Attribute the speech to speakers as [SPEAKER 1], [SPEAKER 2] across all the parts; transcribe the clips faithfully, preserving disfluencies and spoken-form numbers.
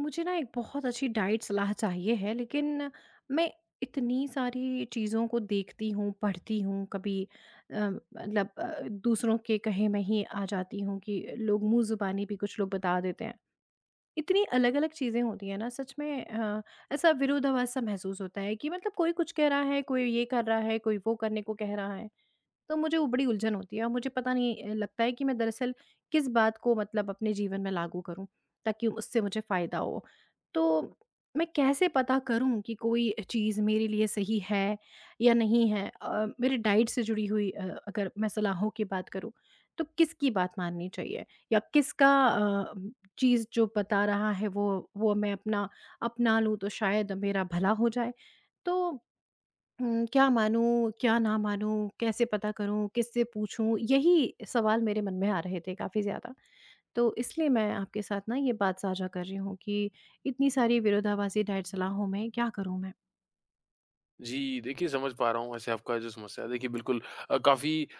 [SPEAKER 1] मुझे ना एक बहुत अच्छी डाइट सलाह चाहिए है लेकिन मैं इतनी सारी चीज़ों को देखती हूँ, पढ़ती हूँ, कभी अ, मतलब अ, दूसरों के कहे में ही आ जाती हूँ कि लोग मुँह ज़ुबानी भी कुछ लोग बता देते हैं। इतनी अलग-अलग चीज़ें होती हैं ना सच में अ, ऐसा विरोधाभास सा महसूस होता है कि मतलब कोई कुछ कह रहा है, कोई ये कर रहा है, कोई वो करने को कह रहा है। तो मुझे वो बड़ी उलझन होती है और मुझे पता नहीं अ, लगता है कि मैं दरअसल किस बात को मतलब अपने जीवन में लागू करूँ ताकि उससे मुझे फ़ायदा हो। तो मैं कैसे पता करूँ कि कोई चीज़ मेरे लिए सही है या नहीं है? अ, मेरी डाइट से जुड़ी हुई अ, अगर मैं सलाहों की बात करूँ तो किसकी बात माननी चाहिए या किसका अ, चीज़ जो बता रहा है वो वो मैं अपना अपना लूँ तो शायद मेरा भला हो जाए। तो हुँ, क्या मानूँ, क्या ना मानूँ, कैसे पता करूँ, किससे पूछूँ? यही सवाल मेरे मन में आ रहे थे काफ़ी ज़्यादा। तो इसलिए मैं आपके साथ ना ये बात साझा कर रही हूँ कि इतनी सारी विरोधाभासी डाइट सलाहों में क्या करूँ मैं?
[SPEAKER 2] जी, देखिए समझ पा रहा हूँ। वैसे आपका जो समस्या है देखिए बिल्कुल अ, काफ़ी अ,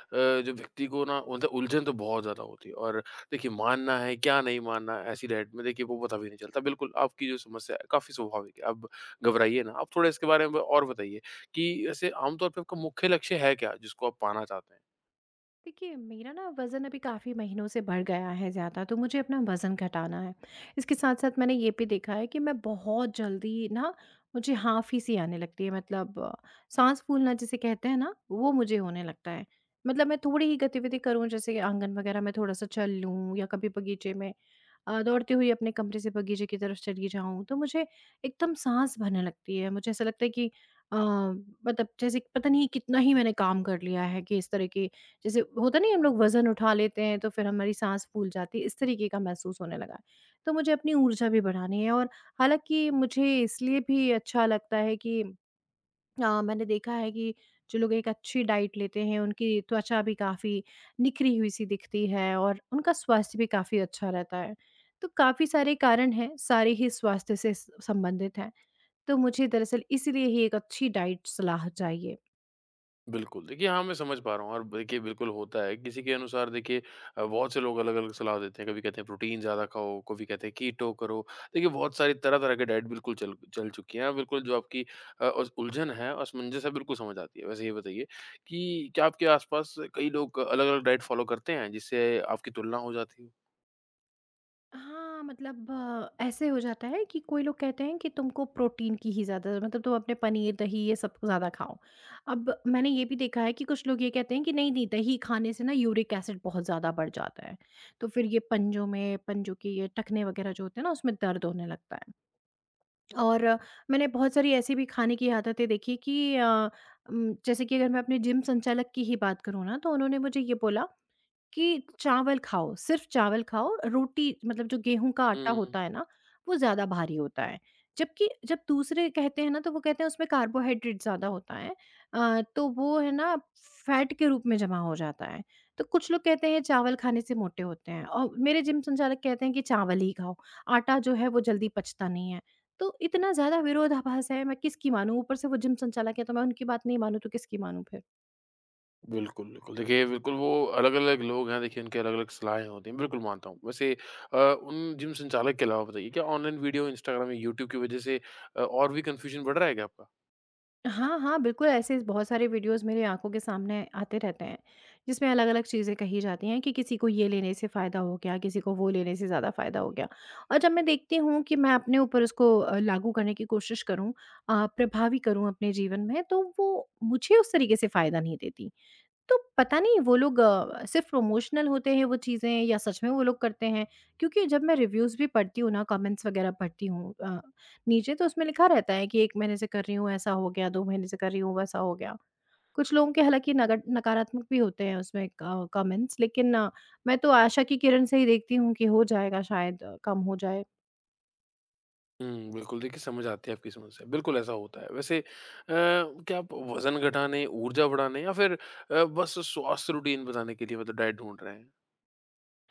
[SPEAKER 2] जो व्यक्ति को ना मतलब उलझन तो बहुत ज़्यादा होती है और देखिए मानना है क्या नहीं मानना है ऐसी डाइट में देखिए वो पता भी नहीं चलता। बिल्कुल आपकी जो समस्या है काफ़ी स्वाभाविक है, आप घबराइए ना। आप थोड़ा इसके बारे में और बताइए कि ऐसे आम तौर पे आपका मुख्य लक्ष्य है क्या जिसको आप पाना चाहते हैं?
[SPEAKER 1] देखिए मेरा ना वज़न अभी काफ़ी महीनों से बढ़ गया है ज़्यादा तो मुझे अपना वज़न घटाना है। इसके साथ-साथ मैंने ये भी देखा है कि मैं बहुत जल्दी ना मुझे हाँफ़ी-सी आने लगती है मतलब साँस फूलना जिसे कहते हैं ना वो मुझे होने लगता है। मतलब मैं थोड़ी ही गतिविधि करूँ जैसे आंगन वग़ैरह में थोड़ा-सा चल लूँ या कभी बगीचे में अ, दौड़ती हुई अपने कमरे से बगीचे की तरफ चली जाऊँ, तो मुझे एकदम साँस भरने लगती है। मुझे ऐसा लगता है कि अ, मतलब जैसे कि पता नहीं कितना ही मैंने काम कर लिया है कि इस तरह की जैसे होता नहीं हम लोग वज़न उठा लेते हैं, तो फिर हमारी साँस फूल जाती है, इस तरीके का महसूस होने लगा है। तो मुझे अपनी ऊर्जा भी बढ़ानी है और हालाँकि मुझे इसलिए भी अच्छा लगता है कि अ, मैंने देखा है कि जो लोग एक अच्छी डाइट लेते हैं उनकी त्वचा भी काफ़ी निखरी हुई सी दिखती है और उनका स्वास्थ्य भी काफ़ी अच्छा रहता है। तो काफ़ी सारे कारण हैं, सारे ही स्वास्थ्य से स संबंधित हैं। तो मुझे दरअसल इसीलिए ही एक अच्छी डाइट सलाह चाहिए।
[SPEAKER 2] बिल्कुल, देखिए हाँ, मैं समझ पा रहा हूँ और देखिए बिल्कुल होता है, किसी के अनुसार देखिए अ, बहुत से लोग अलग-अलग सलाह देते हैं, कभी कहते हैं प्रोटीन ज़्यादा खाओ, कभी कहते हैं कीटो करो। देखिए बहुत सारी तरह-तरह की डाइट बिल्कुल चल चल चुकी हैं, बिल्कुल जो आपकी अ, उस उलझन है, असमंजस है बिल्कुल समझ आती है। वैसे ये बताइए कि क्या आपके आस-पास कई लोग अलग-अलग डाइट फ़ॉलो करते हैं जिससे आपकी तुलना हो जाती हो?
[SPEAKER 1] हाँ, मतलब अ, ऐसे हो जाता है कि कोई लोग कहते हैं कि तुमको प्रोटीन की ही ज़्यादा मतलब तुम अपने पनीर, दही ये सब ज़्यादा खाओ। अब मैंने ये भी देखा है कि कुछ लोग ये कहते हैं कि नहीं-नहीं दही खाने से ना यूरिक एसिड बहुत ज़्यादा बढ़ जाता है। तो फिर ये पंजों में पंजों के ये टखने वगैरह जो होते हैं ना उसमें दर्द होने लगता है। और अ, मैंने बहुत सारी ऐसी भी खाने की आदतें देखी कि अ, उम, जैसे कि अगर मैं अपने जिम संचालक की ही बात करूँ ना तो उन्होंने मुझे ये बोला कि चावल खाओ, सिर्फ़ चावल खाओ, रोटी मतलब जो गेहूँ का
[SPEAKER 2] हुँ,
[SPEAKER 1] आटा
[SPEAKER 2] हुँ, हुँ।
[SPEAKER 1] होता है ना, वो ज़्यादा भारी होता है। जबकि जब दूसरे कहते हैं ना, तो वो कहते हैं उसमें कार्बोहाइड्रेट ज़्यादा होता है अ, तो वो है ना फैट के रूप में जमा हो जाता है। तो कुछ लोग कहते हैं चावल खाने से मोटे होते हैं और मेरे जिम संचालक कहते हैं कि चावल ही खाओ, आटा जो है वो जल्दी पचता नहीं है। तो इतना ज़्यादा विरोधाभास है, मैं किसकी मानूँ? ऊपर से वो जिम संचालक है, तो मैं उनकी बात नहीं मानूँ तो किसकी मानूँ फिर?
[SPEAKER 2] बिल्कुल, बिल्कुल। देखिए, बिल्कुल वो अलग-अलग लोग हैं, देखिए उनकी अलग-अलग सलाहें होती हैं, बिल्कुल मानता हूँ। वैसे अ, उन जिम संचालक के अलावा बताइए क्या ऑनलाइन वीडियो, इंस्टाग्राम या यूट्यूब की वजह से अ, और भी कन्फ्यूजन बढ़ रहा है क्या आपका?
[SPEAKER 1] हाँ, हाँ, बिल्कुल ऐसे बहुत सारे वीडियोज़ मेरी आँखों के सामने आते रहते हैं, जिसमें अलग-अलग चीज़ें कही जाती हैं कि किसी को ये लेने से फ़ायदा हो गया, किसी को वो लेने से ज़्यादा फ़ायदा हो गया। और जब मैं देखती हूँ कि मैं अपने ऊपर उसको अ, लागू करने की कोशिश करूँ अ, प्रभावी करूँ अपने जीवन में, तो वो मुझे उस तरीके से फ़ायदा नहीं देती। तो पता नहीं वो लोग अ, सिर्फ़ प्रमोशनल होते हैं वो चीज़ें या सच में वो लोग करते हैं? क्योंकि जब मैं रिव्यूज़ भी पढ़ती हूँ ना, कमेंट्स वग़ैरह पढ़ती हूँ अ, नीचे तो उसमें लिखा रहता है कि एक महीने से कर रही हूँ, ऐसा हो गया, दो महीने से कर रही हूँ, वैसा हो गया। कुछ लोगों के हालाँकि नगट नकारात्मक भी होते हैं उसमें क कमेंट्स लेकिन अ, मैं तो आशा की किरण से ही देखती हूँ कि हो जाएगा शायद अ, कम हो जाए।
[SPEAKER 2] हुँ, बिल्कुल। देखिए, समझ आती है आपकी समस्या। बिल्कुल ऐसा होता है। वैसे अ, क्या आप वज़न घटाने, ऊर्जा बढ़ाने या फिर अ, बस स्वास्थ्य रूटीन बनाने के लिए मतलब डाइट ढूँढ रहे हैं?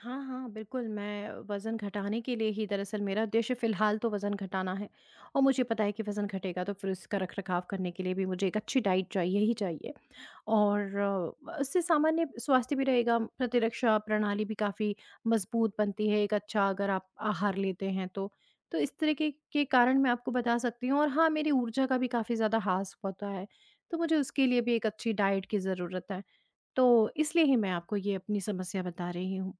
[SPEAKER 1] हाँ, हाँ, बिल्कुल, मैं वज़न घटाने के लिए ही दरअसल मेरा उद्देश्य फ़िलहाल तो वज़न घटाना है और मुझे पता है कि वज़न घटेगा तो फिर उसका रख-रखाव करने के लिए भी मुझे एक अच्छी डाइट चाहिए ही चाहिए और अ, उससे सामान्य स्वास्थ्य भी रहेगा, प्रतिरक्षा प्रणाली भी काफ़ी मज़बूत बनती है, एक अच्छा अगर आप आहार लेते हैं तो। तो इस तरीके के के कारण मैं आपको बता सकती हूँ और हाँ, मेरी ऊर्जा का भी काफ़ी ज़्यादा ह्रास होता है, तो मुझे उसके लिए भी एक अच्छी डाइट की ज़रूरत है। तो इसलिए ही मैं आपको ये अपनी समस्या बता रही हूँ।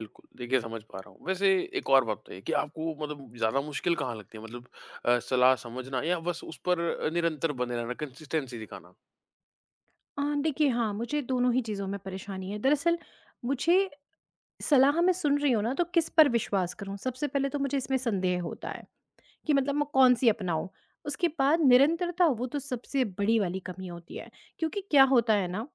[SPEAKER 2] बिल्कुल, देखिए समझ पा रहा हूँ। वैसे एक और बात बताइए कि आपको मतलब ज़्यादा मुश्किल कहाँ लगती है? मतलब अ, सलाह समझना या बस उस पर अ, निरंतर बने रहना, कंसिस्टेंसी दिखाना?
[SPEAKER 1] अ, देखिए हाँ, मुझे दोनों ही चीज़ों में परेशानी है। दरअसल मुझे सलाह मैं सुन रही हूँ ना तो किस पर विश्वास करूँ? सबसे पहले तो मुझे इसमें संदेह होता है कि मतलब मैं कौन-सी अपनाऊँ? उसके बाद निरंतरता वो तो सबसे बड़ी वाली कमी होती है। क्योंकि क्या होता है ना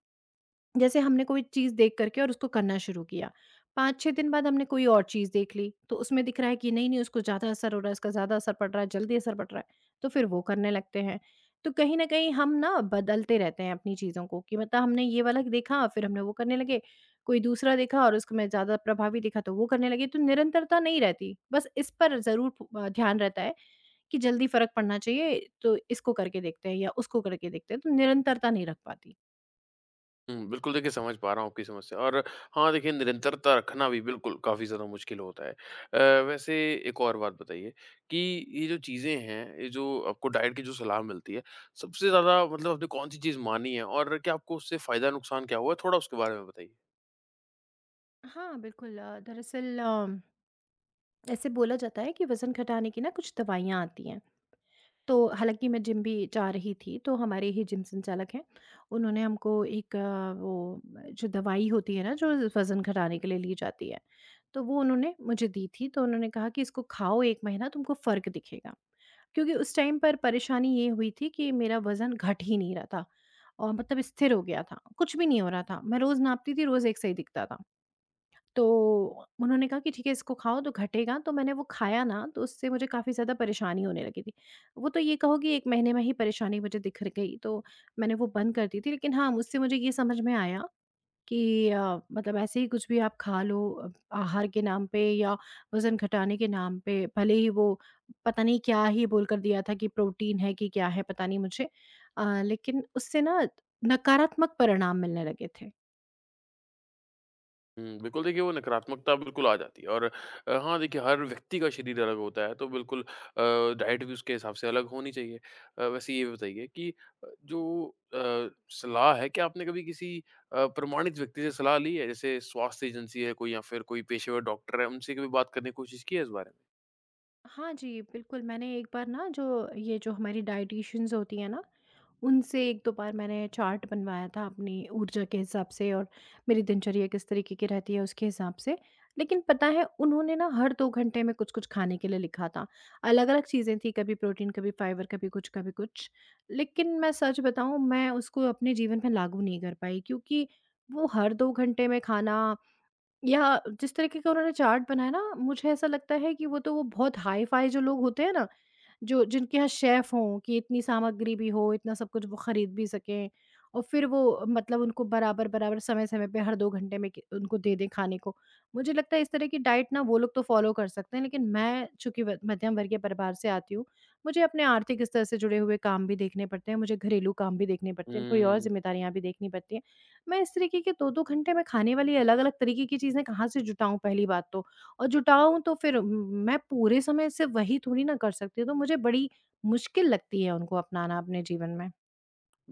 [SPEAKER 1] जैसे हमने कोई चीज़ देख करके और उसको करना शुरू किया। पाँच छह दिन बाद हमने कोई और चीज़ देख ली, तो उसमें दिख रहा है कि नहीं-नहीं उसको ज़्यादा असर हो रहा है, इसका ज़्यादा असर पड़ रहा है, जल्दी असर पड़ रहा है, तो फिर वो करने लगते हैं। तो कहीं न कहीं हम ना बदलते रहते हैं अपनी चीज़ों को कि मतलब हमने ये वाला देखा फिर हमने वो करने लगे, कोई दूसरा देखा और उसको मैं ज़्यादा प्रभावी दिखा तो वो करने लगे, तो निरंतरता नहीं रहती। बस इस पर ज़रूर प अ, ध्यान रहता है कि जल्दी फ़र्क पड़ना चाहिए, तो इसको करके देखते हैं या उसको करके देखते हैं, तो निरंतरता नहीं रख पाती।
[SPEAKER 2] हुँ, बिल्कुल देखिए समझ पा रहा हूँ आपकी समस्या। और हाँ, देखिए निरंतरता रखना भी बिल्कुल काफ़ी ज़्यादा मुश्किल होता है। अ, वैसे एक और बात बताइए कि ये जो चीज़ें हैं, ये जो आपको डाइट की जो सलाह मिलती है, सबसे ज़्यादा मतलब आपने कौन-सी चीज़ मानी है और क्या आपको उससे फ़ायदा नुकसान क्या हुआ है? थोड़ा उसके बारे में बताइए।
[SPEAKER 1] हाँ, बिल्कुल अ, दरअसल अम, ऐसे बोला जाता है कि वज़न घटाने की ना कुछ दवाइयाँ आती हैं। तो हालाँकि मैं जिम भी जा रही थी, तो हमारे ही जिम संचालक हैं, उन्होंने हमको एक अ, वो जो दवाई होती है ना जो वज़न घटाने के लिए ली जाती है, तो वो उन्होंने मुझे दी थी। तो उन्होंने कहा कि इसको खाओ एक महीना तुमको फ़र्क दिखेगा। क्योंकि उस टाइम पर परेशानी ये हुई थी कि मेरा वज़न घट ही नहीं रहा था और मतलब स्थिर हो गया था, कुछ भी नहीं हो रहा था। मैं रोज़ नापती थी, रोज़ एक सही दिखता था। तो उन्होंने कहा कि ठीक है इसको खाओ तो घटेगा, तो मैंने वो खाया ना तो उससे मुझे काफ़ी ज़्यादा परेशानी होने लगी थी। वो तो ये कहो कि एक महीने में ही परेशानी मुझे दिख र गई तो मैंने वो बंद कर दी थी। लेकिन हाँ, उससे मुझे ये समझ में आया कि अ, मतलब ऐसे ही कुछ भी आप खा लो अ, आहार के नाम पे या वज़न घटाने के नाम पे, भले ही वो पता नहीं क्या ही बोलकर दिया था कि प्रोटीन है कि क्या है पता नहीं मुझे। अ, लेकिन उससे ना नकारात्मक परिणाम मिलने लगे थे।
[SPEAKER 2] हुँ, बिल्कुल देखिए, वो नकारात्मकता बिल्कुल आ जाती है। और अ, हाँ देखिए हर व्यक्ति का शरीर अलग होता है, तो बिल्कुल अ, डाइट भी उसके हिसाब से अलग होनी चाहिए। अ, वैसे ये बताइए कि अ, जो अ, सलाह है, क्या आपने कभी किसी अ, प्रमाणित व्यक्ति से सलाह ली है? जैसे स्वास्थ्य एजेंसी है कोई या फिर कोई पेशेवर डॉक्टर है, उनसे कभी बात करने की कोशिश की है इस बारे में?
[SPEAKER 1] हाँ जी, बिल्कुल, मैंने एक बार ना जो ये जो हमारी डायटीशियंस होती हैं ना, उनसे एक दो बार मैंने चार्ट बनवाया था अपनी ऊर्जा के हिसाब से और मेरी दिनचर्या किस तरीके की रहती है उसके हिसाब से। लेकिन पता है उन्होंने ना हर दो घंटे में कुछ-कुछ खाने के लिए लिखा था। अलग-अलग चीज़ें थी कभी प्रोटीन, कभी फाइबर, कभी कुछ, कभी कुछ। लेकिन मैं सच बताऊँ मैं उसको अपने जीवन में लागू नहीं कर पाई क्योंकि वो हर दो घंटे में खाना या जिस तरीके का उन्होंने चार्ट बनाया ना, मुझे ऐसा लगता है कि वो तो वो बहुत हाई-फाई जो लोग होते हैं ना, जो जिनके यहाँ शेफ़ हों कि इतनी सामग्री भी हो, इतना सब कुछ वो खरीद भी सकें और फिर वो मतलब उनको बराबर-बराबर समय-समय पे हर दो घंटे में कि उनको दे दें खाने को। मुझे लगता है इस तरह की डाइट ना वो लोग तो फ़ॉलो कर सकते हैं, लेकिन मैं चूँकि व मध्यम वर्गीय परिवार से आती हूँ, मुझे अपने आर्थिक स्तर से जुड़े हुए काम भी देखने पड़ते हैं, मुझे घरेलू काम भी देखने पड़ते हैं, थोड़ी और
[SPEAKER 2] हुँ।
[SPEAKER 1] ज़िम्मेदारियाँ भी देखनी पड़ती हैं। मैं इस तरीके के दो दो घंटे में खाने वाली अलग-अलग तरीके की चीज़ें कहाँ से जुटाऊँ पहली बात तो? और जुटाऊँ तो फिर मैं पूरे समय सिर्फ़ वही थोड़ी ना कर सकती हूँ, तो मुझे बड़ी मुश्किल लगती है उनको अपनाना अपने जीवन में।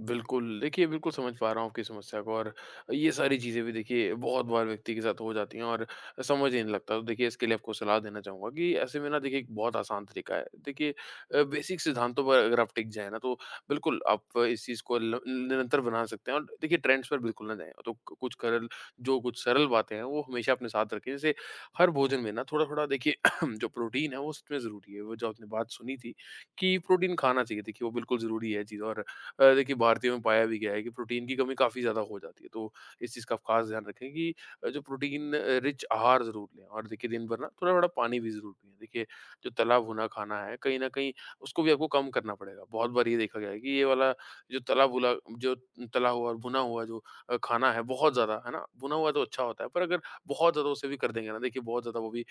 [SPEAKER 2] बिल्कुल। देखिए, बिल्कुल समझ पा रहा हूँ आपकी समस्या को। और ये सारी चीज़ें भी देखिए बहुत बार व्यक्ति के साथ हो जाती हैं और समझ ही नहीं लगता। तो देखिए इसके लिए आपको सलाह देना चाहूँगा कि ऐसे में ना देखिए एक बहुत आसान तरीका है। देखिए अ, बेसिक सिद्धांतों पर अगर आप टिक जाएँ ना तो बिल्कुल आप इस चीज़ को ल निरंतर बना सकते हैं और देखिए ट्रेंड्स पर बिल्कुल ना जाएँ। तो कुछ करल जो कुछ सरल बातें हैं वो हमेशा अपने साथ रखें। जैसे हर भोजन में ना थोड़ा-थोड़ा देखिए जो प्रोटीन है वो सच में ज़रूरी है। वो जो आपने बात सुनी थी कि प्रोटीन खाना चाहिए, देखिए वो बिल्कुल ज़रूरी है चीज़। और अ, देखिए भारतीयों में पाया भी गया है कि प्रोटीन की कमी काफ़ी ज़्यादा हो जाती है। तो इस चीज़ का आप ख़ास ध्यान रखें कि अ, जो प्रोटीन अ, रिच आहार ज़रूर लें और देखिए दिन भर ना थोड़ा-थोड़ा पानी भी ज़रूर पिएँ। देखिए जो तला भुना खाना है, कहीं न कहीं उसको भी आपको कम करना पड़ेगा। बहुत बार ये देखा गया है कि ये वाला जो तला भुला जो तला हुआ और भुना हुआ जो अ, खाना है बहुत ज़्यादा, है ना? भुना हुआ तो अच्छा होता है, पर अगर बहुत ज़्यादा उसे भी कर देंगे ना देखिए बहुत ज़्यादा वो भी अ,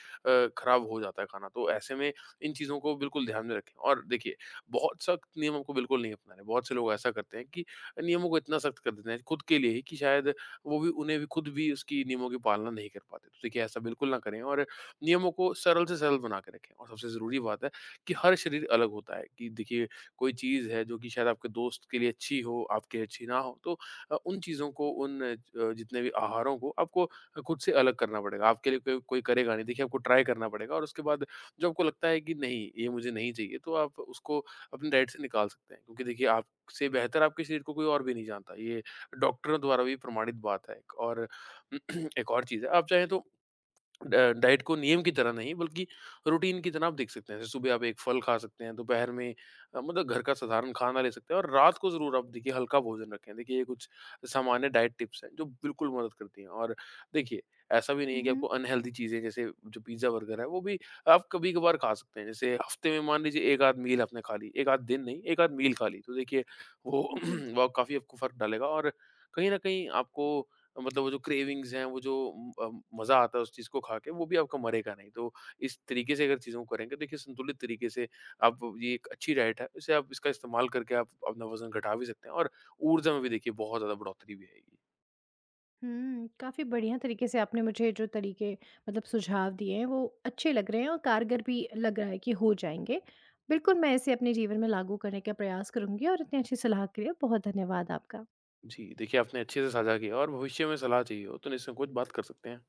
[SPEAKER 2] ख़राब हो जाता है खाना। तो ऐसे में इन चीज़ों को बिल्कुल ध्यान में रखें। और देखिए बहुत सख्त नियम हमको बिल्कुल नहीं अपनाने। बहुत से लोग ऐसा करते हैं कि नियमों को इतना सख्त कर देते हैं खुद के लिए ही कि शायद वो भी उन्हें भी खुद भी उसकी नियमों की पालना नहीं कर पाते। तो देखिए ऐसा बिल्कुल ना करें और नियमों को सरल से सरल बना के रखें। और सबसे ज़रूरी बात है कि हर शरीर अलग होता है, कि देखिए कोई चीज़ है जो कि शायद आपके दोस्त के लिए अच्छी हो, आपके लिए अच्छी ना हो। तो अ, उन चीज़ों को उन अ, जितने भी आहारों को आपको खुद से अलग करना पड़ेगा। आपके लिए कोई कोई करेगा नहीं। देखिए आपको ट्राई करना पड़ेगा और उसके बाद जो आपको लगता है कि नहीं ये मुझे नहीं चाहिए, तो आप उसको अपने डाइट से निकाल सकते हैं, क्योंकि देखिए आपसे बेहतर आपके शरीर को कोई और भी नहीं जानता। ये डॉक्टरों द्वारा भी प्रमाणित बात है। एक और एक और चीज़ है, आप चाहें तो ड डाइट को नियम की तरह नहीं बल्कि रूटीन की तरह आप देख सकते हैं। जैसे सुबह आप एक फल खा सकते हैं, दोपहर में अ, मतलब घर का साधारण खाना ले सकते हैं और रात को ज़रूर आप देखिए हल्का भोजन रखें। देखिए ये कुछ सामान्य डाइट टिप्स हैं जो बिल्कुल मदद करती हैं। और देखिए ऐसा भी नहीं है कि आपको
[SPEAKER 1] हुँ,
[SPEAKER 2] अनहेल्दी चीज़ें जैसे जो पिज़्ज़ा, बर्गर है वो भी आप कभी-कभार खा सकते हैं। जैसे हफ्ते में मान लीजिए एक आध मील आपने खा ली, एक आध दिन नहीं, एक आध मील खा ली, तो देखिए वो
[SPEAKER 1] जी।
[SPEAKER 2] वो काफ़ी आपको फ़र्क डालेगा। और कहीं न कहीं आपको मतलब वो जो क्रेविंग्स हैं, वो जो अ, मज़ा आता है उस चीज़ को खा के, वो भी आपका मरेगा नहीं। तो इस तरीके से अगर चीज़ों को करेंगे, देखिए संतुलित तरीके से, आप ये एक अच्छी डाइट है, इसे आप इसका इस्तेमाल करके आप अपना वज़न घटा भी सकते हैं और ऊर्जा में भी देखिए बहुत ज़्यादा बढ़ोतरी भी आएगी।
[SPEAKER 1] हुँ, काफ़ी बढ़िया तरीके से आपने मुझे जो तरीके मतलब सुझाव दिए हैं वो अच्छे लग रहे हैं और कारगर भी लग रहा है कि हो जाएँगे। बिल्कुल मैं इसे अपने जीवन में लागू करने का प्रयास करूँगी और इतनी अच्छी सलाह के लिए बहुत धन्यवाद आपका।
[SPEAKER 2] जी, देखिए आपने अच्छे से साझा किया और भविष्य में सलाह चाहिए हो तो निसंकोच बात कर सकते हैं।